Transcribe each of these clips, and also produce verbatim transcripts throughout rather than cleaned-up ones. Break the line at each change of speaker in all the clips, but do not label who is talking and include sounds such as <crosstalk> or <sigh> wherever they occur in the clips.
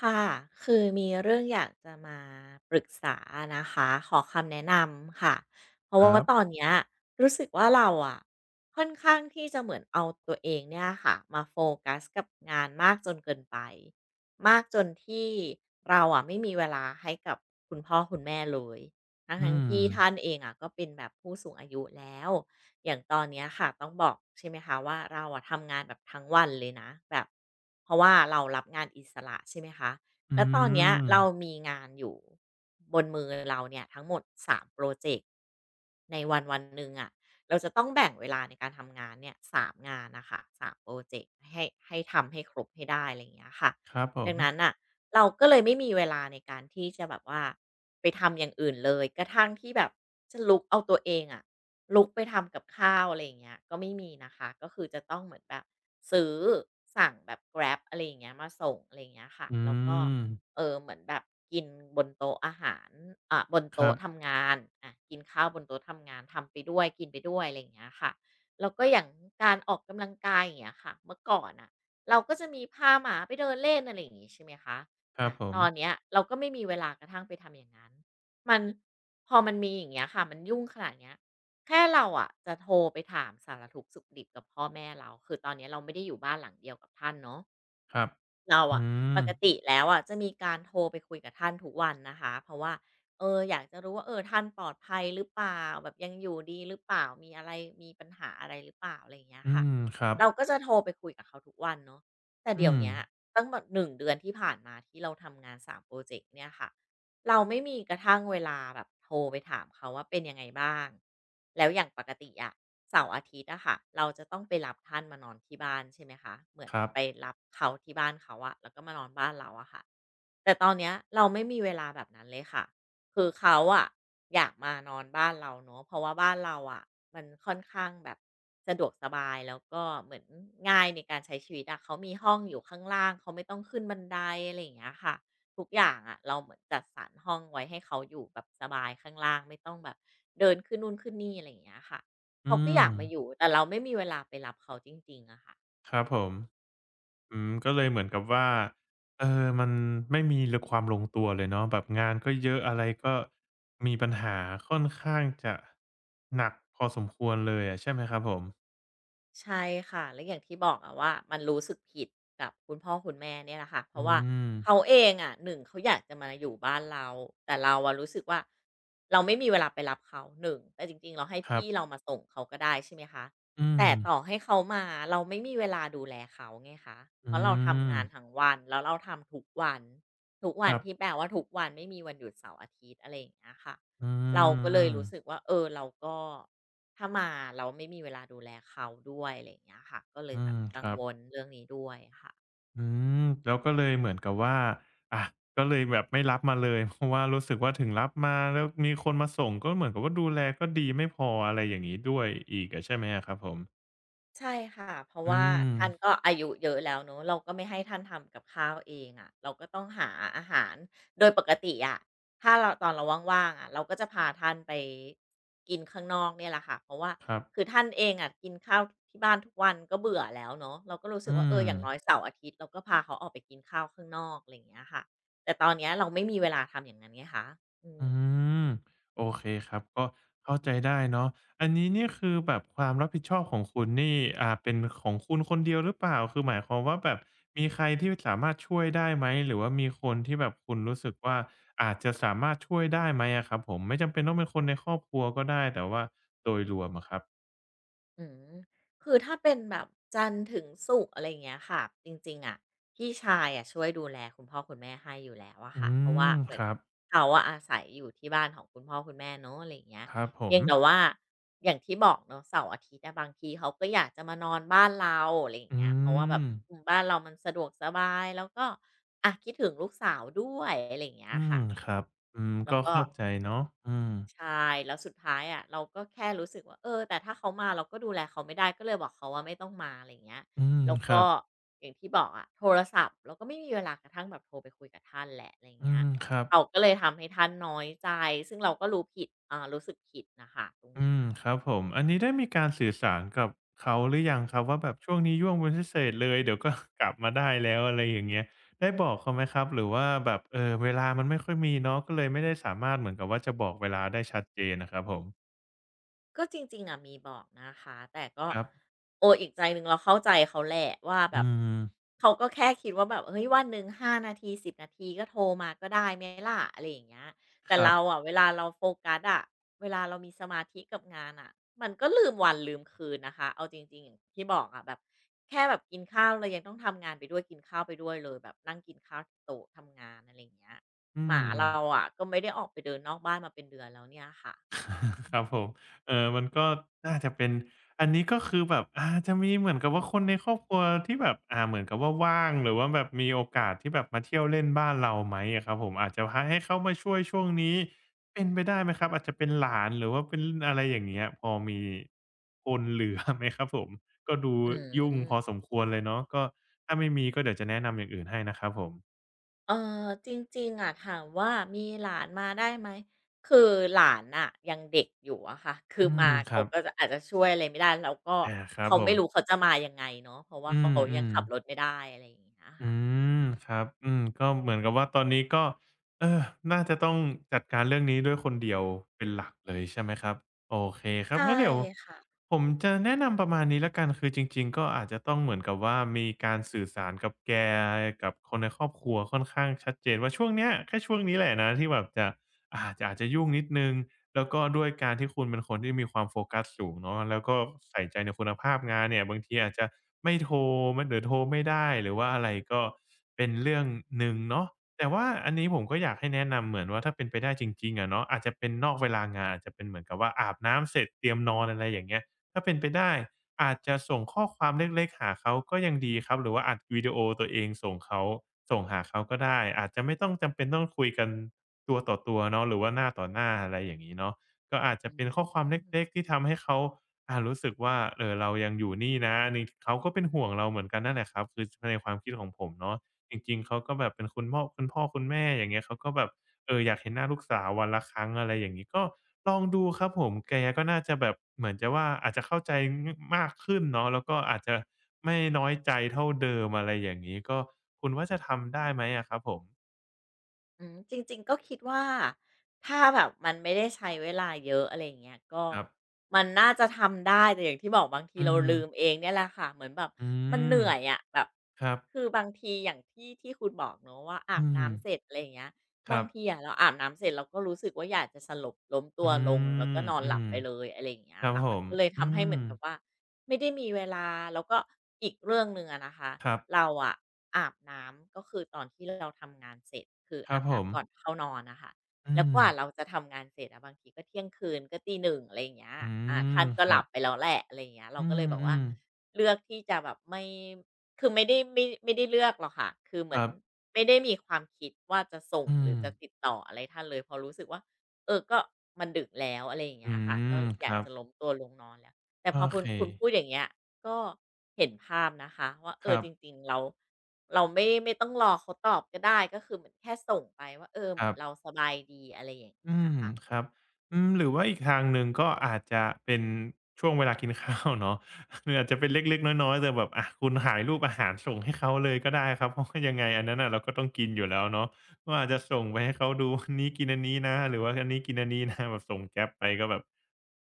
ค่ะคือมีเรื่องอยากจะมาปรึกษานะคะ ขอคำแนะนำค่ะ เพราะ
ครั
ว่าตอน
บ
เนี้ยรู้สึกว่าเราอะค่อนข้างที่จะเหมือนเอาตัวเองเนี่ยค่ะมาโฟกัสกับงานมากจนเกินไปมากจนที่เราอะไม่มีเวลาให้กับคุณพ่อคุณแม่เลยทั้งทั้
อื
ง
ม
ที่ท่านเองอะก็เป็นแบบผู้สูงอายุแล้ว อย่างตอนเนี้ยค่ะต้องบอกใช่ไหมคะว่าเราอะทำงานแบบทั้งวันเลยนะแบบเพราะว่าเรารับงานอิสระใช่ไหมคะ
อื
แล้วตอนเนี้ย
ม
เรามีงานอยู่บนมือเราเนี่ยทั้งหมดสามปรเจกต์ในวันวันหนึ่งอะเราจะต้องแบ่งเวลาในการทำงานเนี่ยสามงานนะคะสามโปรเจกต์ให้ให้ทำให้ครบให้ได้อะไรอย่างเงี้ยค่ะ
ครับผ
ดั
ม
งนั้นน่ะเราก็เลยไม่มีเวลาในการที่จะแบบว่าไปทำอย่างอื่นเลยกระทั่งที่แบบจะลุกเอาตัวเองอะลุกไปทำกับข้าวอะไรอย่างเงี้ยก็ไม่มีนะคะก็คือจะต้องเหมือนแบบซื้อสั่งแบบ Grab อะไรอย่างเงี้ยมาส่งอะไรอย่างเงี้ยค่ะ
อื
แล้วก็
ม
เออเหมือนแบบกินบนโต๊ะอาหารอ่ะบน
ครั
โต๊ะ
บ
ทำงานอ่ะกินข้าวบนโต๊ะทำงานทำไปด้วยกินไปด้วยอะไรอย่างเงี้ยค่ะแล้วก็อย่างการออกกำลังกายอย่างเงี้ยค่ะเมื่อก่อนอะ เราก็จะมีพาหมาไปเดินเล่นอะไรอย่างงี้ใช่ไหมคะ
ครับ
อะ
ผ
ต
ม
อนเนี้ยเราก็ไม่มีเวลากระทั่งไปทำอย่างนั้น มัน พอมันมีอย่างเงี้ยค่ะ มันยุ่งขนาดเนี้ยแค่เราอะจะโทรไปถามสารทุกข์สุกดิบกับพ่อแม่เรา คือตอนเนี้ยเราไม่ได้อยู่บ้านหลังเดียวกับท่านเนาะ
ครับ
เรา
อื
อะป
ม
กติแล้วอะจะมีการโทรไปคุยกับท่านทุกวันนะคะเพราะว่าเอออยากจะรู้ว่าเออท่านปลอดภัยหรือเปล่าแบบยังอยู่ดีหรือเปล่ามีอะไรมีปัญหาอะไรหรือเปล่าอะไรอย่างเงี้ย
อื
ค่ะ
มครับ
เราก็จะโทรไปคุยกับเขาทุกวันเนาะแต่
อื
เดี๋ยว
ม
เนี้ยตั้งแบบหนึ่งเดือนที่ผ่านมาที่เราทำงานสามโพรเจกต์เนี่ยค่ะ เราไม่มีกระทั่งเวลาแบบโทรไปถามเขาว่าเป็นยังไงบ้างแล้วอย่างปกติอะเสาร์อาทิตย์อะค่ะเราจะต้องไปรับท่านมานอนที่บ้านใช่ไหมคะเหมือน
ครั
ไป
บ
รับเขาที่บ้านเขาอะแล้วก็มานอนบ้านเราอะค่ะ แต่ตอนเนี้ยเราไม่มีเวลาแบบนั้นเลยค่ะคือเขาอะอยากมานอนบ้านเราเนอะเพราะว่าบ้านเราอะมันค่อนข้างแบบสะดวกสบายแล้วก็เหมือนง่ายในการใช้ชีวิตอะเขามีห้องอยู่ข้างล่างเขาไม่ต้องขึ้นบันไดอะไรอย่างเงี้ยค่ะทุกอย่างอะเราเหมือนจัดสรรห้องไว้ให้เขาอยู่แบบสบายข้างล่างไม่ต้องแบบเดินขึ้นนู่นขึ้นนี่อะไรอย่างเงี้ยค่ะ
อื
เขาก็
ม
อยากมาอยู่แต่เราไม่มีเวลาไปรับเขาจริงๆอะค่ะ
ครับผมอืมก็เลยเหมือนกับว่าเออมันไม่มีลความลงตัวเลยเนาะแบบงานก็เยอะอะไรก็มีปัญหาค่อนข้างจะหนักพอสมควรเลยอะใช่ไหมครับผม
ใช่ค่ะและอย่างที่บอกอะว่ามันรู้สึกผิดกับคุณพ่อคุณแม่เนี่ยแหละค่ะเพ
อื
ราะว่า
ม
เขาเองอะหนึ่งเขาอยากจะมาอยู่บ้านเราแต่เราอะรู้สึกว่าเราไม่มีเวลาไปรับเขาหนึ่งแต่จริงๆเราให้
ครั
พี่
บ
เรามาส่งเขาก็ได้ใช่ไหมคะ
อืม
แต่ต่อให้เขามาเราไม่มีเวลาดูแลเขาไงคะ
อื
เพราะเราทำ
ม
งานทั้งวันแล้วเราทำทุกวันทุก
ค
วัน
รั
ที่แป
บ
ลว่าทุกวันไม่มีวันหยุดเสาร์อาทิตย์อะไรอย่างเงี้ยค่ะ
อื
เราก็เลย
ม
รู้สึก
ๆ
ว่าเออเราก็ ถ้ามาเราไม่มีเวลาดูแลเขาด้วยอะไรอย่างเงี้ยค่ะก็เลย
อื
แบบ
มค
กัง
รับ
วลเรื่องนี้ด้วยค่ะ
อืมแล้วก็เลยเหมือนกับว่าอ่ะก็เลยแบบไม่รับมาเลย <laughs> เพราะว่ารู้สึกว่าถึงรับมาแล้วมีคนมาส่งก็เหมือนกับว่าดูแลก็ดีไม่พออะไรอย่างงี้ด้วยอีกอะใช่ไหมอะครับผม
ใช่ค่ะเพราะ
อื
ว่า
ม
ท่านก็อายุเยอะแล้วเนาะเราก็ไม่ให้ท่านทำกับข้าวเองอะะเราก็ต้องหาอาหารโดยปกติอะะถ้าเราตอนเราว่างๆอะะเราก็จะพาท่านไปกินข้างนอกเนี่ยแหละค่ะเพราะว่า
ครับ
คือท่านเองอะะกินข้าวที่บ้านทุกวันก็เบื่อแล้วเนาะเราก็รู้สึก
อื
ว่าเออ
ม
อย่างน้อยเสาร์อาทิตย์เราก็พาเขาออกไปกินข้าวข้างนอกอะไรอย่างเงี้ยค่ะแต่ตอนเนี้ยเราไม่มีเวลาทำอย่างนั้นไงคะอืม
อืมโอเคครับก็เข้าใจได้เนาะอันนี้นี่คือแบบความรับผิดชอบของคุณนี่อ่าเป็นของคุณคนเดียวหรือเปล่าคือหมายความว่าแบบมีใครที่สามารถช่วยได้ไหมหรือว่ามีคนที่แบบคุณรู้สึกว่าอาจจะสามารถช่วยได้ไหมอะครับผมไม่จำเป็นต้องเป็นคนในครอบครัวก็ได้แต่ว่าโดยรวมอะครับ
อืมคือถ้าเป็นแบบจันทร์ถึงศุกร์อะไรอย่างเงี้ยค่ะจริงๆอ่ะพี่ชายอ่ะช่วยดูแลคุณพ่อคุณแม่ให้อยู่แล้วอะ
อื
ค่ะเพราะว่า
ม
เหมื
ค
อน
รับ
เขาอะอาศัยอยู่ที่บ้านของคุณพ่อคุณแม่เนอะอะไรอย่างเงี้ย
ครับผ
เพี
ม
ยงแต่ว่าอย่างที่บอกเนาะเสาร์อาทิตย์อะบางทีเขาก็อยากจะมานอนบ้านเราอะไรอย่าง
อื
เงี้ยเพราะว่าแบบ
ม
บ้านเรามันสะดวกสบายแล้วก็อะคิดถึงลูกสาวด้วยอะไรอย่างเงี้ย
อืม
ค่ะ
ครับอืม
แล้
ก็
วก็
เข้าใจเนาะอืม
ใช่แล้วสุดท้ายอ่ะเราก็แค่รู้สึกว่าเออแต่ถ้าเขามาเราก็ดูแลเขาไม่ได้ก็เลยบอกเขาว่าไม่ต้องมาอะไรอย่างเงี้ย
อืม
แล้ว
ครั
ก็
บ
อย่างที่บอกอ่ะโทรศัพท์เราก็ไม่มีเวลากระทั่งแบบโทรไปคุยกับท่านแหละอะไรอย่าง
อื
เงี้ย
มครับ
เขาก็เลยทำให้ท่านน้อยใจซึ่งเราก็รู้ผิดอ่ารู้สึกผิดนะคะตรง
อื
เนี้ย
มครับผมอันนี้ได้มีการสื่อสารกับเขาหรือยังครับว่าแบบช่วงนี้ยุ่งเป็นพิเศษเลยเดี๋ยวก็กลับมาได้แล้วอะไรอย่างเงี้ยได้บอกเขาไหมครับหรือว่าแบบเอ่อเวลามันไม่ค่อยมีเนาะก็เลยไม่ได้สามารถเหมือนกับว่าจะบอกเวลาได้ชัดเจนอะครับผม
ก็จริงๆอะมีบอกนะคะแต่ก็
ครับ
โออีกใจหนึ่งเราเข้าใจเขาแหละว่าแบ
อื
บ
ม
เขาก็แค่คิดว่าแบบเฮ้ยวันหนึ่งห้านาทีสิบนาทีก็โทรมาก็ได้ไหมล่ะอะไรอย่างเงี้ย
ค
แต่
รับ
เราอะเวลาเราโฟกัสอะเวลาเรามีสมาธิกับงานอ่ะมันก็ลืมวันลืมคืนนะคะเอาจริงๆอย่างที่บอกอะแบบแค่แบบกินข้าวเรายังต้องทำงานไปด้วยกินข้าวไปด้วยเลยแบบนั่งกินข้าวที่โต๊ะทำงานอะไรอย่างเงี้ย
อื
หมา
ม
เราอะก็ไม่ได้ออกไปเดินนอกบ้านมาเป็นเดือนแล้วเนี่ยค่ะอืม
<laughs> ครับผมเออมันก็น่าจะเป็นอันนี้ก็คือแบบอาจะมีเหมือนกับว่าคนในครอบครัวที่แบบอ่าเหมือนกับว่าว่างหรือว่าแบบมีโอกาสที่แบบมาเที่ยวเล่นบ้านเราไหมอะครับผมอาจจะหาให้เขามาช่วยช่วงนี้เป็นไปได้ไหมครับอาจจะเป็นหลานหรือว่าเป็นอะไรอย่างเงี้ยพอมีคนเหลือไหมครับผมก็ดู
อื
ยุ่งพอส
ม
มควรเลยเนาะก็ถ้าไม่มีก็เดี๋ยวจะแนะนำอย่างอื่นให้นะครับผม
เออจริงๆอะถามว่ามีหลานมาได้ไหมคือหลานอ่ะยังเด็กอยู่อะค่ะคื
อื
อมา
มค
เขา
รับ
ก็จะอาจจะช่วยอะไรไม่ได้แล้วก็
อาครับ
เขา
ผ
ไม่รู้
ม
เขาจะมายังไงเนาะเพราะว่า
อื
เขายัง
ม
ขับรถ
ๆ
ไม่ได้อะไรอย่างเงี้ย
อื
ค่ะ
มครับอืมก็เหมือนกับว่าตอนนี้ก็เออน่าจะต้องจัดการเรื่องนี้ด้วยคนเดียวเป็นหลักเลยใช่ไหมครับโอเคครับ
ใช่
งั้นเดี๋ยว
ค่ะ
ผมจะแนะนำประมาณนี้แล้วกันคือจริงๆก็อาจจะต้องเหมือนกับว่ามีการสื่อสารกับแกกับคนในครอบครัวค่อนข้างชัดเจนว่าช่วงเนี้ยแค่ช่วงนี้แหละนะที่แบบจะอาจะอาจจะยุ่งนิดหนึ่ง แล้วก็ด้วยการที่คุณเป็นคนที่มีความโฟกัสสูงเนาะแล้วก็ใส่ใจในคุณภาพงานเนี่ยบางทีอาจจะไม่โทรมนหรือโทรไม่ได้หรือว่าอะไรก็เป็นเรื่องหนึ่งเนาะแต่ว่าอันนี้ผมก็อยากให้แนะนำเหมือนว่าถ้าเป็นไปได้จริงๆอะเนาะอาจจะเป็นนอกเวลางานอาจจะเป็นเหมือนกับว่าอาบน้ำเสร็จเตรียมนอนอะไรอย่างเงี้ย ถ้าเป็นไปได้อาจจะส่งข้อความเล็กๆหาเขาก็ยังดีครับหรือว่าอัดวิดีโอตัวเองส่งเขาส่งหาเขาก็ได้อาจจะไม่ต้องจำเป็นต้องคุยกันตัวต่อตัวเนาะหรือว่าหน้าต่อหน้าอะไรอย่างงี้เนาะก็อาจจะ
อื
เป็นข้อความ
ม
เล็กๆที่ทำให้เขาอ่ารู้สึกว่าเอ่อเรายังอยู่นี่นะนี่เขาก็เป็นห่วงเราเหมือนกันนั่นแหละครับคือในความคิดของผมเนาะจริงๆเขาก็แบบเป็นคุณม่อคุณพ่อคุณแม่อย่างเงี้ยเขาก็แบบ เอออยากเห็นหน้าลูกสาววันละครั้งอะไรอย่างงี้ก็ลองดูครับผมแกก็น่าจะแบบเหมือนจะว่าอาจจะเข้าใจงมากขึ้นเนาะแล้วก็อาจจะไม่น้อยใจเท่าเดิมอะไรอย่างงี้ก็คุณว่าจะทำได้ไหมอะครับผม
อืมจริงๆก็คิดว่าถ้าแบบมันไม่ได้ใช้เวลาเยอะอะไรอย่างเงี้ยก็
ครับ
มันน่าจะทำได้แต่อย่างที่บอกบางที
อื
เรา
ม
ลืมเองเนี่ยแหละค่ะเหมือนแบบ
อื
มัน
ม
เหนื่อยอะแบบ
ครับ
คือบางทีอย่างที่ที่คุณบอกเนาะว่าอาบ
อืม
น้ำเสร็จอะไรอย่างเงี้ย
ค
บา
รั
ง
บ
ทีอะเราอาบน้ำเสร็จเราก็รู้สึกว่าอยากจะสลบล้มตั
อื
วลงแล้วก็
ม
นอน
อื
หลับ
ม
ไปเลยอะไรอย่างเงี้
ค
ย
รับ
ค่ะ
ผ
มัน
ม
ก็เลย
อื
ทำให้
ม
เหมือนแบบว่า ไม่ได้มีเวลาแล้วก็อีกเรื่องหนึ่งอะนะคะ
ครับ
เราอะอาบน้ำก็คือตอนที่เราทำงานเสร็จคือ
ครั
อา
บ
บ
ผม
น้ำก่อนเข้านอนน่ะค่ะ
อื
แล้ว
ม
กว่าเราจะทำงานเสร็จอะบางทีก็เที่ยงคืนก็ตีหนึ่งอะไรอย่างเงี้ย
อื
อ่า
ม
ท่านก็
ค
ห
รั
ลับไป
บ
แล้วแหละอะไรอย่างเงี้ยเรา
อื
ก็เลยแบบว่า
ม
เลือกที่จะแบบไม่คือไม่ได้ไม่ไม่ได้เลือกหรอกค่ะคือเห
ๆค
มือน
รับ
ไม่ได้มีความคิดว่าจะส่ง
อื
หรื
ม
อจะติดต่ออะไรท่านเลยเพราะรู้สึกว่าเออก็มันดึกแล้วอะไรอย่าง
อื
เงี้ยค่ะก็
ม
อ
ค
ยาก
รับ
จะล้มตัวลงนอนแล้ว แต่
โอ
พอคุ
เค
ณคุณพูดอย่างเงี้ยก็เห็นภาพนะคะว่าเอ
ค
อ
รับ
จริงๆเราเราไม่ไม่ต้องรอเขาตอบก็ได้ก็คือเหมือนแค่ส่งไปว่าเออเห
ค
มือ
รั
นเรา
บ
สบายดีอะไรอย่าง
อื
เงี้ย
ม
ค่ะ
ครับอืมหรือว่าอีกทางหนึ่งก็อาจจะเป็นช่วงเวลากินข้าวเนาะ <laughs> หรืออาจจะเป็นเล็กๆน้อยๆแต่แบบอะคุณถ่ายรูปอาหารส่งให้เขาเลยก็ได้ครับ <laughs> เพราะว่ายังไงอันนั้นน่ะเราก็ต้องกินอยู่แล้วเนาะก็อาจจะส่งไปให้เขาดูวันนี้กินอันนี้นะหรือว่าอันนี้กินอันนี้นะแบบส่งแก๊ปไปก็แบบ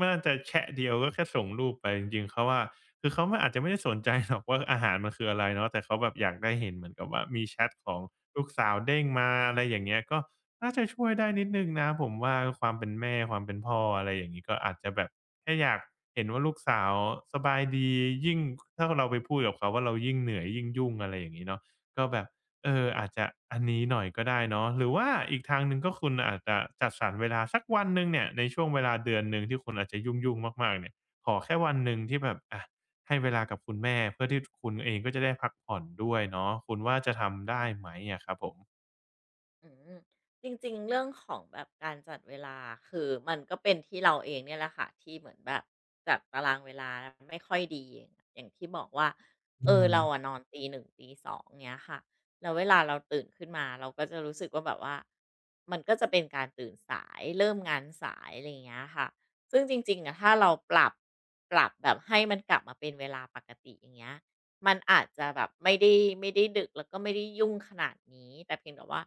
มันอาจจะแชะเดียวก็แค่ส่งรูปไปจริงๆเขาว่าคือเขาอาจจะไม่ได้สนใจหรอกว่าอาหารมันคืออะไรเนาะแต่เขาแบบอยากได้เห็นเหมือนกับว่ามีแชตของลูกสาวเด้งมาอะไรอย่างเงี้ยก็ น่าจะช่วยได้นิดหนึ่งนะผมว่าความเป็นแม่ความเป็นพ่ออะไรอย่างงี้ก็อาจจะแบบแค่อยากเห็นว่าลูกสาวสบายดียิ่งถ้าเราไปพูดกับเขาว่าเรายิ่งเหนื่อยยิ่งยุ่งอะไรอย่างงี้เนาะก็แบบเอออาจจะอันนี้หน่อยก็ได้เนาะหรือว่าอีกทางหนึ่งก็คุณอาจจะจัดสรรเวลาสักวันหนึ่งเนี่ยในช่วงเวลาเดือนหนึ่งที่คุณอาจจะยุ่งๆมากๆเนี่ยขอแค่วันหนึ่งที่แบบอะให้เวลากับคุณแม่เพื่อที่คุณเองก็จะได้พักผ่อนด้วยเนาะคุณว่าจะทำได้ไหมอะครับผม
อืมจริงๆเรื่องของแบบการจัดเวลาคือมันก็เป็นที่เราเองเนี่ยแหละค่ะที่เหมือนแบบจัดตารางเวลาไม่ค่อยดีอย่างอย่างที่บอกว่า
อื
เออ
ม
เราอะนอนตีหนึ่งตีสองเงี้ยค่ะแล้วเวลาเราตื่นขึ้นมาเราก็จะรู้สึกว่าแบบว่ามันก็จะเป็นการตื่นสายเริ่มงานสายอะไรอย่างเงี้ยค่ะซึ่งจริงๆอะถ้าเราปรับปรับแบบให้มันกลับมาเป็นเวลาปกติอย่างเงี้ย มันอาจจะแบบไม่ได้ไม่ได้ดึกแล้วก็ไม่ได้ยุ่งขนาดนี้แต่เพียงแต่ว่า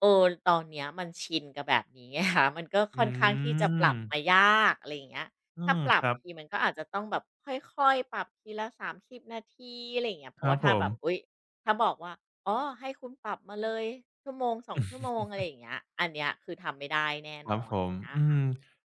เออตอนเนี้ยมันชินกับแบบนี้ <laughs> ไงคะมันก็
อื
ค่อนข้างที่จะปรั
ม
บมายากอะไรอย่างเงี้ย
อื
ถ้า
ม
ปรั
ค
บ
รับ
ทีมันก็อาจจะต้องแบบค่อยๆปรับทีละสามสิบนาทีอะไรอย่างเงี้ยเพ
ค
ราะ
รั
ว่า
บผ
ถ้าแบ
ม
บอุ๊ยถ้าบอกว่าอ๋อให้คุณปรับมาเลยหนึ่งถึงสอง
อ
ชั่วโมง
ือ
อะไรอย่างเงี้ยอันเนี้ยคือทำไม่ได้แน่
ค
น
รับ
อน
ผม
นะ
อื
ค่ะ
ม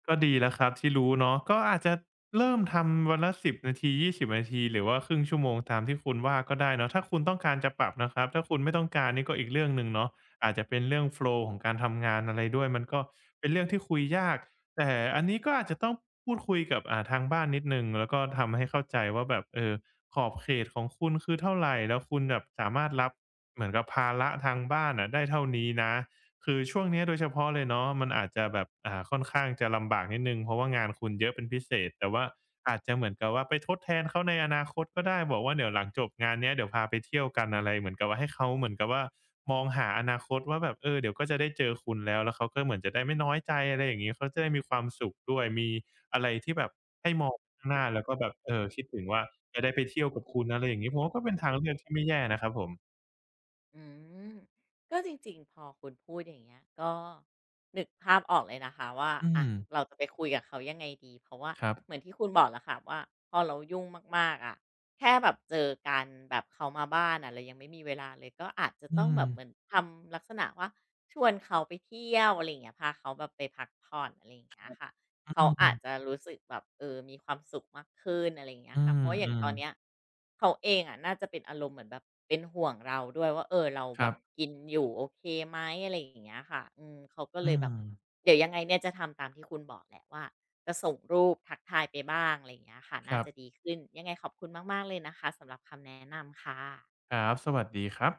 ก็ดีแล้วครับที่รู้เนาะก็อาจจะเริ่มทำวันละสิบนาทียี่สิศูนย์นาทีหรือว่าครึ่งชั่วโมงตามที่คุณว่าก็ได้เนาะถ้าคุณต้องการจะปรับนะครับถ้าคุณไม่ต้องการนี่ก็อีกเรื่องหนึ่งเนาะอาจจะเป็นเรื่องโฟลว์ของการทำงานอะไรด้วยมันก็เป็นเรื่องที่คุยยากแต่อันนี้ก็อาจจะต้องพูดคุยกับอ่าทางบ้านนิดหนึ่งแล้วก็ทำให้เข้าใจว่าแบบเออขอบเขตของคุณคือเท่าไรแล้วคุณแบบสามารถรับเหมือนกับภาระทางบ้านอะได้เท่านี้นะ คือช่วงเนี้ยโดยเฉพาะเลยเนาะมันอาจจะแบบอ่าค่อนข้างจะลำบากนิดนึ่งเพราะว่างานคุณเยอะเป็นพิเศษแต่ว่าอาจจะเหมือนกับว่าไปทดแทนเขาในอนาคตก็ได้บอกว่าเดี๋ยวหลังจบงานเนี้ยเดี๋ยวพาไปเที่ยวกันอะไรเหมือนกับว่าให้เขาเหมือนกับว่ามองหาอนาคตว่าแบบเออเดี๋ยวก็จะได้เจอคุณแล้วแล้วเขาก็เหมือนจะได้ไม่น้อยใจอะไรอย่างนี้เขาจะได้มีความสุขด้วยมีอะไรที่แบบให้มองข้างหน้าแล้วก็แบบเออคิดถึงว่าจะได้ไปเที่ยวกับคุณอะไรอย่างนี้ผมว่าก็เป็นทางเลือกที่ไม่แย่นะครับผม
อืมก็จริงๆพอคุณพูดอย่างเงี้ยก็นึกภาพออกเลยนะคะว่า
อืม
อ่ะเราจะไปคุยกับเขายังไงดีเพราะว่า
ครับ
เหมือนที่คุณบอกแหละค่ะว่าพอเรายุ่งมากๆอะแค่แบบเจอกันแบบเขามาบ้านอะเรายังไม่มีเวลาเลยก็อาจจะ
อื
ต้อง
ม
แบบเหมือนทำลักษณะว่าชวนเขาไปเที่ยวอะไรอย่างเงี้ยพาเขาแบบไปพักผ่อนอะไรอย่างเงี้ยค่ะ
อื
เขาอาจ
ม
จะรู้สึกแบบเออมีความสุขมากขึ้นอะไรอย่างเงี้
อื
ยค่ะเพ
ม
ราะว่าอย่า
อื
งต
ม
อนเนี้ยเขาเองอะน่าจะเป็นอารมณ์เหมือนแบบเป็นห่วงเราด้วยว่าเออเรา
ค
แบ
รั
บ
บ
กินอยู่โอเคไหมอะไรอย่างเงี้ยค่ะอืมเขาก็
อื
เลยแบ
ม
บเดี๋ยวยังไงเนี่ยจะทำตามที่คุณบอกแหละว่าจะส่งรูปทักทายไปบ้างอะไรอย่างเงี้ยค่ะ
ค
น่า
รับ
จะดีขึ้นยังไงขอบคุณมากๆเลยนะคะสำหรับคำแนะนำค่ะ
ครับ สวัสดีครับ